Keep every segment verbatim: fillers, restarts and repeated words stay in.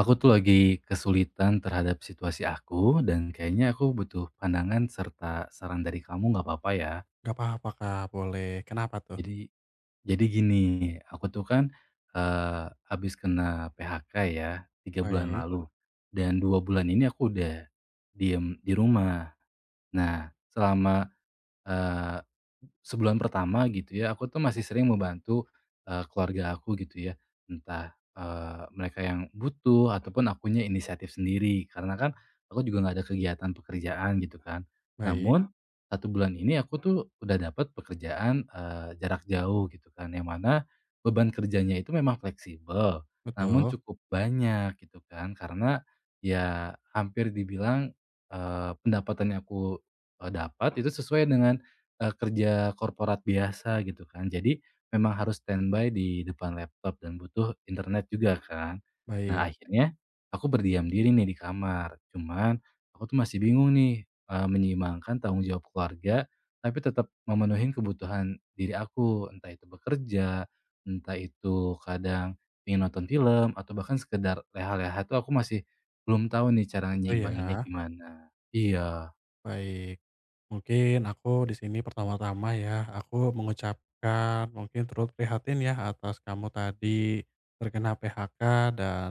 Aku tuh lagi kesulitan terhadap situasi aku dan kayaknya aku butuh pandangan serta saran dari kamu, nggak apa-apa ya. Gak apa-apa, Kak, boleh. Kenapa tuh? Jadi jadi gini, aku tuh kan, eee, habis kena P H K ya, tiga bulan Baik, lalu dan dua bulan ini aku udah diem di rumah. Nah, selama Eee, sebulan pertama gitu ya, aku tuh masih sering membantu, eee, keluarga aku gitu ya. Entah, eee, mereka yang butuh ataupun akunya inisiatif sendiri, karena kan aku juga nggak ada kegiatan pekerjaan gitu kan. baik, Namun, satu bulan ini aku tuh udah dapat pekerjaan, eee, jarak jauh gitu kan, yang mana beban kerjanya itu memang fleksibel, namun betul, cukup banyak gitu kan. Karena ya hampir dibilang, eee, pendapatan yang aku, eee, dapat itu sesuai dengan Eee, kerja korporat biasa gitu kan. Jadi memang harus standby di depan laptop dan butuh internet juga kan. Nah baik, akhirnya aku berdiam diri nih di kamar. Cuman aku tuh masih bingung nih, eee, menyeimbangkan tanggung jawab keluarga, tapi tetap memenuhi kebutuhan diri aku. Entah itu bekerja, entah itu kadang ingin nonton film, atau bahkan sekedar leha-leha tuh aku masih belum tahu nih cara itu nyimbanginnya ya. gimana. Iya. Baik, mungkin aku di sini pertama-tama ya, aku mengucapkan mungkin turut prihatin ya atas kamu tadi terkena P H K dan,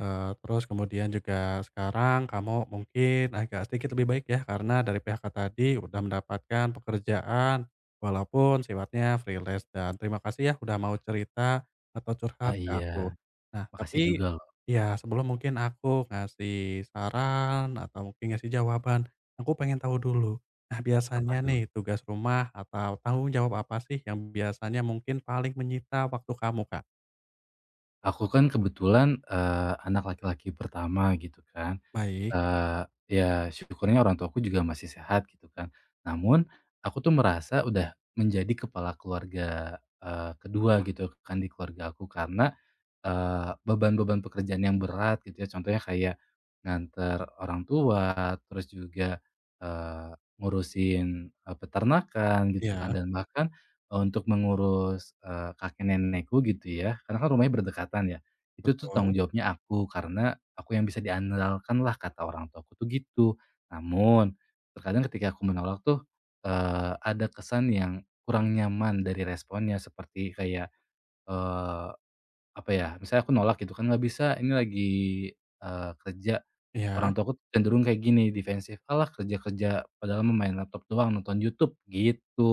eee, terus kemudian juga sekarang kamu mungkin agak sedikit lebih baik ya karena dari P H K tadi udah mendapatkan pekerjaan walaupun sifatnya freelance, dan terima kasih ya udah mau cerita atau curhat Ah, ke iya. aku. Nah, Makasih tapi juga loh. ya sebelum mungkin aku ngasih saran atau mungkin ngasih jawaban, aku pengen tahu dulu. Nah, Apa biasanya tuh? nih tugas rumah atau tanggung jawab apa sih yang biasanya mungkin paling menyita waktu kamu, Kak? Aku kan kebetulan, eee, anak laki-laki pertama gitu kan, Baik, eee, ya syukurnya orang tuaku juga masih sehat gitu kan. Namun aku tuh merasa udah menjadi kepala keluarga, eee, kedua gitu kan di keluarga aku karena Eee, beban-beban pekerjaan yang berat gitu ya, contohnya kayak nganter orang tua, terus juga, eee, ngurusin, eee, peternakan gitu kan iya, dan bahkan, eee, untuk mengurus, eee, kakek nenekku gitu ya, karena kan rumahnya berdekatan ya, itu tuh betul, tanggung jawabnya aku karena aku yang bisa diandalkan lah kata orang tuaku tuh gitu. Namun, terkadang ketika aku menolak tuh, eee, ada kesan yang kurang nyaman dari responnya seperti kayak, apa ya, misalnya aku nolak gitu kan, "Nggak bisa, ini lagi, eee, kerja." iya, Orang tua aku cenderung kayak gini, defensif, "Alah kerja-kerja, padahal mah main laptop doang, nonton YouTube." Gitu.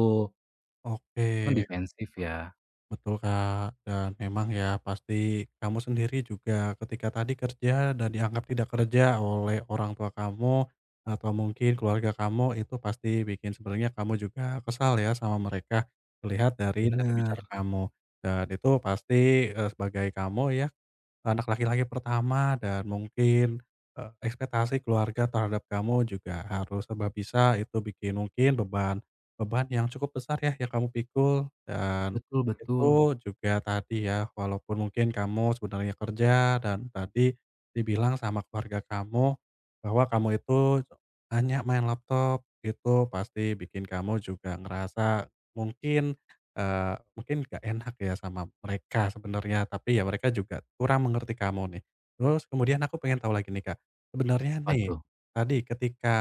Itu kan oke. defensif ya. Betul, Kak, dan memang ya pasti kamu sendiri juga ketika tadi kerja dan dianggap tidak kerja oleh orang tua kamu atau mungkin keluarga kamu, itu pasti bikin sebenarnya kamu juga kesal ya sama mereka, terlihat dari nada Bener. bicara kamu. Dan itu pasti, eee, sebagai kamu ya anak laki-laki pertama dan mungkin, eee, ekspektasi keluarga terhadap kamu juga harus serba bisa, itu bikin mungkin beban beban yang cukup besar ya yang kamu pikul. Dan Betul betul. itu juga tadi ya, walaupun mungkin kamu sebenarnya kerja dan tadi dibilang sama keluarga kamu bahwa kamu itu hanya main laptop, itu pasti bikin kamu juga ngerasa mungkin, eee, mungkin gak enak ya sama mereka sebenarnya, tapi ya mereka juga kurang mengerti kamu nih. Terus kemudian aku pengen tahu lagi nih, Kak, sebenarnya nih Waduh, tadi ketika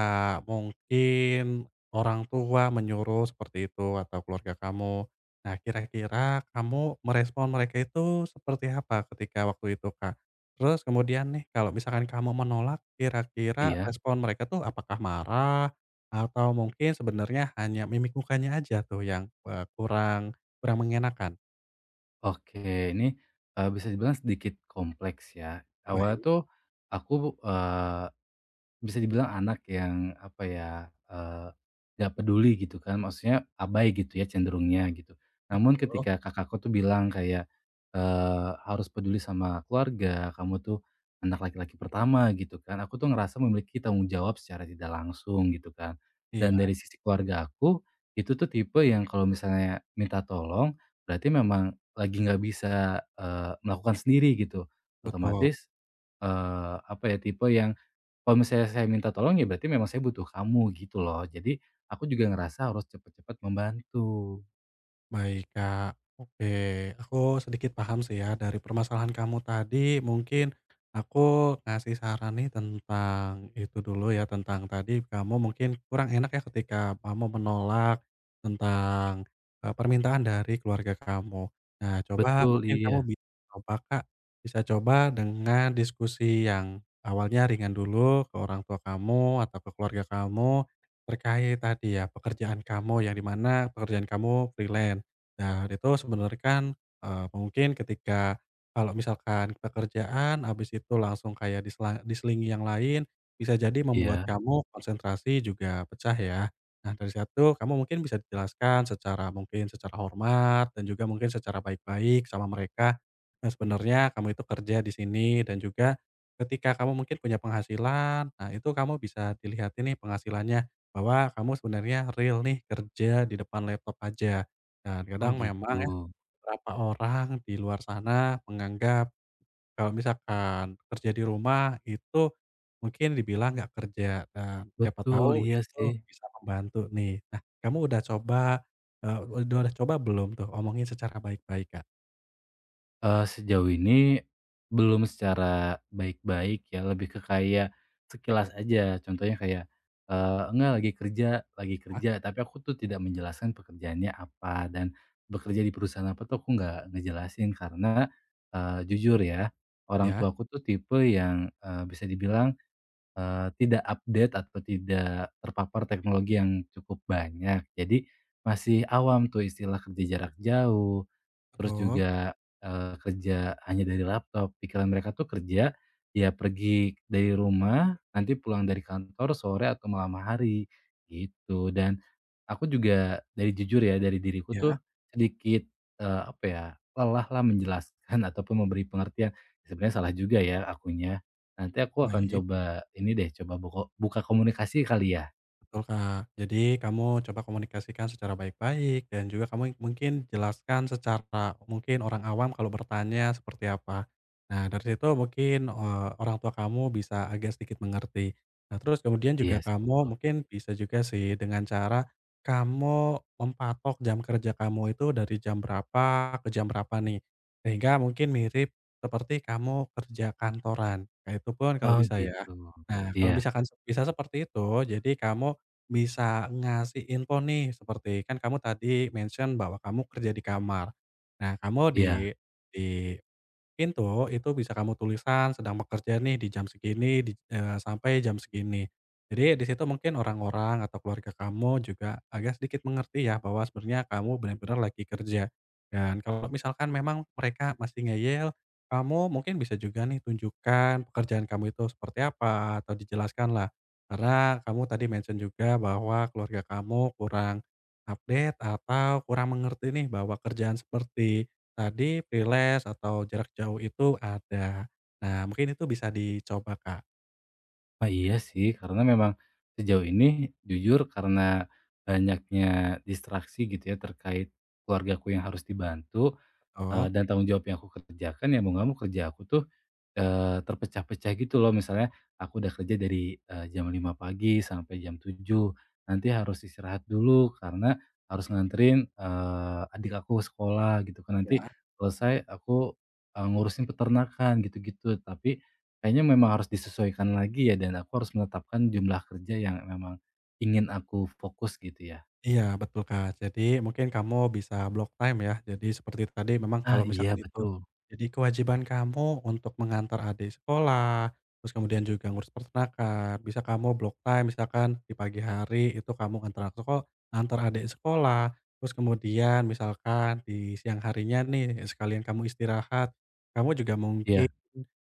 mungkin orang tua menyuruh seperti itu atau keluarga kamu. Nah, kira-kira kamu merespon mereka itu seperti apa ketika waktu itu, Kak? Terus kemudian nih kalau misalkan kamu menolak, kira-kira iya? respon mereka tuh apakah marah atau mungkin sebenarnya hanya mimik mukanya aja tuh yang, eee, kurang kurang mengenakan? Oke, ini, eee, bisa dibilang sedikit kompleks ya. Awalnya Baik, tuh aku, eee bisa dibilang anak yang apa ya, eee, nggak peduli gitu kan, maksudnya abai gitu ya cenderungnya gitu. Namun betul. ketika kakakku tuh bilang kayak, eee, harus peduli sama keluarga, kamu tuh anak laki-laki pertama gitu kan, aku tuh ngerasa memiliki tanggung jawab secara tidak langsung gitu kan. Iya, Dan dari sisi keluarga aku, itu tuh tipe yang kalau misalnya minta tolong, berarti memang lagi nggak bisa, eee, melakukan sendiri gitu. betul. Otomatis Eee, apa ya, tipe yang kalau misalnya saya minta tolong ya berarti memang saya butuh kamu gitu loh. Jadi aku juga ngerasa harus cepat-cepat membantu. Baik, Kak. Oke, aku sedikit paham sih ya dari permasalahan kamu tadi. Mungkin aku ngasih saran nih tentang itu dulu ya, tentang tadi kamu mungkin kurang enak ya ketika kamu menolak tentang, eee, permintaan dari keluarga kamu. Nah, coba Mhm, Betul, mungkin kamu iya. bisa coba, Kak, bisa coba dengan diskusi yang awalnya ringan dulu ke orang tua kamu atau ke keluarga kamu terkait tadi ya pekerjaan kamu yang di mana pekerjaan kamu freelance. Dan itu sebenarnya kan, eee, mungkin ketika kalau misalkan pekerjaan habis itu langsung kayak disela diselingi yang lain, bisa jadi membuat Iya? kamu konsentrasi juga pecah ya. Nah, dari satu kamu mungkin bisa dijelaskan secara mungkin secara hormat dan juga mungkin secara baik-baik sama mereka, nah sebenarnya kamu itu kerja di sini, dan juga ketika kamu mungkin punya penghasilan, nah itu kamu bisa dilihatin nih penghasilannya, bahwa kamu sebenarnya real nih kerja di depan laptop aja. Dan Oh kadang memang gitu. ya beberapa orang di luar sana menganggap kalau misalkan kerja di rumah itu mungkin dibilang nggak kerja, dan siapa Betul, tahu iya itu sih. bisa membantu nih. Nah, kamu udah coba, eee, udah udah coba belum tuh omongin secara baik-baik, Kak? Eee, sejauh ini belum secara baik-baik ya, lebih ke kayak sekilas aja. Contohnya kayak, eee, "Enggak lagi kerja lagi Ah, kerja," tapi aku tuh tidak menjelaskan pekerjaannya apa dan bekerja di perusahaan apa tuh aku nggak ngejelasin karena, eee, jujur ya, orang ya? tuaku tuh tipe yang, eee, bisa dibilang, eee, tidak update atau tidak terpapar teknologi yang cukup banyak. Jadi masih awam tuh istilah kerja jarak jauh. Terus Betul. juga, eee, kerja hanya dari laptop, pikiran mereka tuh kerja, ya pergi dari rumah, nanti pulang dari kantor sore atau malam hari, gitu. Dan aku juga dari jujur ya, dari diriku Ya, tuh sedikit, eee, apa ya, lelah lah menjelaskan ataupun memberi pengertian. Sebenarnya salah juga ya akunya. Nanti aku akan baik. coba ini deh, coba buko buka komunikasi kali ya? Betul, Kak. Jadi kamu coba komunikasikan secara baik-baik dan juga kamu mungkin jelaskan secara mungkin orang awam kalau bertanya seperti apa. Nah, dari situ mungkin, eee, orang tua kamu bisa agak sedikit mengerti. Nah, terus kemudian Iya juga sih kamu betul. mungkin bisa juga sih dengan cara kamu mempatok jam kerja kamu itu dari jam berapa ke jam berapa nih, sehingga mungkin mirip seperti kamu kerja kantoran. Nah, itu pun kalau Oh bisa ya. gitu. Nah, kalau Iya misalkan se- bisa seperti itu, jadi kamu bisa ngasih info nih seperti kan kamu tadi mention bahwa kamu kerja di kamar. Nah, kamu di iya. di itu itu bisa kamu tulisan sedang bekerja nih di jam segini di eee, sampai jam segini. Jadi di situ mungkin orang-orang atau keluarga kamu juga agak sedikit mengerti ya bahwa sebenarnya kamu benar-benar lagi kerja. Dan kalau misalkan memang mereka masih ngeyel, kamu mungkin bisa juga nih tunjukkan pekerjaan kamu itu seperti apa atau dijelaskanlah. Karena kamu tadi mention juga bahwa keluarga kamu kurang update atau kurang mengerti nih bahwa kerjaan seperti tadi freelance atau jarak jauh itu ada. Nah, mungkin itu bisa dicoba, Kak, Ah, iya sih, karena memang sejauh ini jujur karena banyaknya distraksi gitu ya terkait keluargaku yang harus dibantu. Eee, betul? dan tanggung jawab yang aku kerjakan ya mau nggak mau kerja aku tuh, eee, terpecah-pecah gitu loh, misalnya aku udah kerja dari, eee, jam lima pagi sampai jam tujuh, nanti harus istirahat dulu karena harus nganterin, eee, adik aku sekolah gitu kan, nanti Iya, selesai aku, eee, ngurusin peternakan gitu-gitu, tapi kayaknya memang harus disesuaikan lagi ya dan aku harus menetapkan jumlah kerja yang memang ingin aku fokus gitu ya. iya, betul, Kak. Jadi mungkin kamu bisa block time ya. Jadi seperti tadi memang Ah, kalau iya misalkan itu betul, jadi kewajiban kamu untuk mengantar adik sekolah, terus kemudian juga ngurus peternakan, bisa kamu block time misalkan di pagi hari itu kamu antar aku kok antar adik sekolah, terus kemudian misalkan di siang harinya nih sekalian kamu istirahat, kamu juga mungkin iya.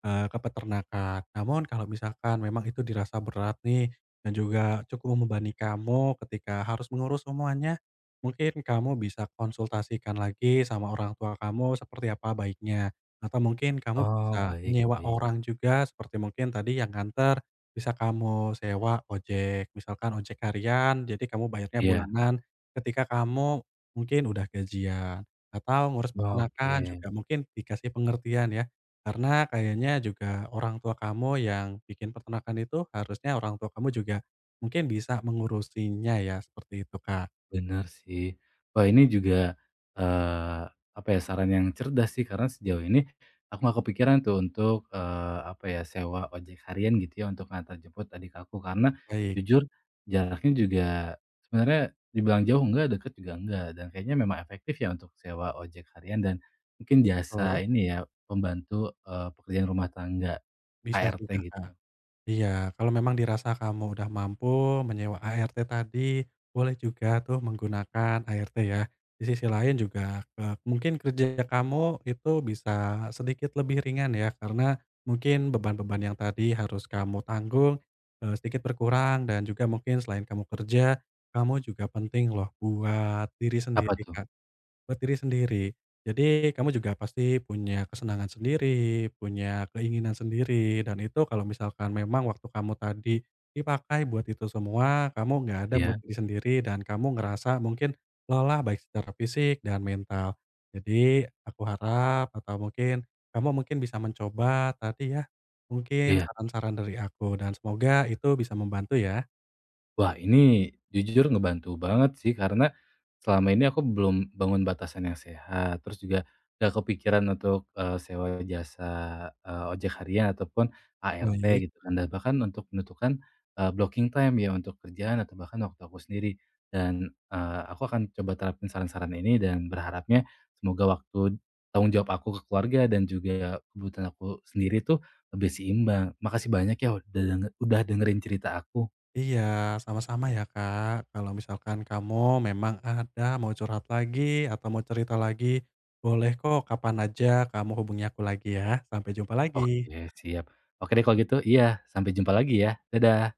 eee, ke peternakan. Namun kalau misalkan memang itu dirasa berat nih dan juga cukup membebani kamu ketika harus mengurus semuanya, mungkin kamu bisa konsultasikan lagi sama orang tua kamu seperti apa baiknya. Atau mungkin kamu Oh bisa baik menyewa baik, orang juga seperti mungkin tadi yang nganter bisa kamu sewa ojek, misalkan ojek harian, jadi kamu bayarnya iya. bulanan ketika kamu mungkin udah gajian. Atau ngurus Oke, peternakan juga mungkin dikasih pengertian ya karena kayaknya juga orang tua kamu yang bikin peternakan itu harusnya orang tua kamu juga mungkin bisa mengurusinya ya, seperti itu, Kak. benar sih. Wah ini juga, eee, apa ya, saran yang cerdas sih karena sejauh ini aku nggak kepikiran tuh untuk, eee, apa ya, sewa ojek harian gitu ya untuk ngantar jemput adik aku karena Baik, jujur jaraknya juga sebenarnya dibilang jauh enggak, deket juga enggak, dan kayaknya memang efektif ya untuk sewa ojek harian dan mungkin betul, jasa ini ya, pembantu, eee, pekerjaan rumah tangga, bisa A R T juga, Kak. gitu. Iya, kalau memang dirasa kamu udah mampu menyewa A R T tadi, boleh juga tuh menggunakan A R T ya. Di sisi lain juga eee, mungkin kerja kamu itu bisa sedikit lebih ringan ya, karena mungkin beban-beban yang tadi harus kamu tanggung, eee, sedikit berkurang, dan juga mungkin selain kamu kerja, kamu juga penting loh buat diri Apa sendiri, tuh? Kak. Buat diri sendiri. Jadi kamu juga pasti punya kesenangan sendiri, punya keinginan sendiri, dan itu kalau misalkan memang waktu kamu tadi dipakai buat itu semua, kamu nggak ada buat Iya? diri sendiri dan kamu ngerasa mungkin lelah baik secara fisik dan mental. Jadi aku harap atau mungkin kamu mungkin bisa mencoba tadi ya, mungkin Iya. saran-saran dari aku dan semoga itu bisa membantu ya. Wah, ini jujur ngebantu banget sih, karena selama ini aku belum bangun batasan yang sehat, terus juga nggak kepikiran untuk, eee, sewa jasa, eee, ojek harian ataupun A R T Baik. gitu kan, dan bahkan untuk menentukan, eee, blocking time ya untuk kerjaan atau bahkan waktu aku sendiri. Dan, eee, aku akan coba terapin saran-saran ini dan berharapnya semoga waktu tanggung jawab aku ke keluarga dan juga kebutuhan aku sendiri tuh lebih seimbang. Makasih banyak ya udah denge udah dengerin cerita aku. Iya, sama-sama ya, Kak. Kalau misalkan kamu memang ada mau curhat lagi atau mau cerita lagi, boleh kok kapan aja kamu hubungi aku lagi ya. Sampai jumpa lagi. Oke, siap. Oke deh kalau gitu iya, sampai jumpa lagi ya. Dadah.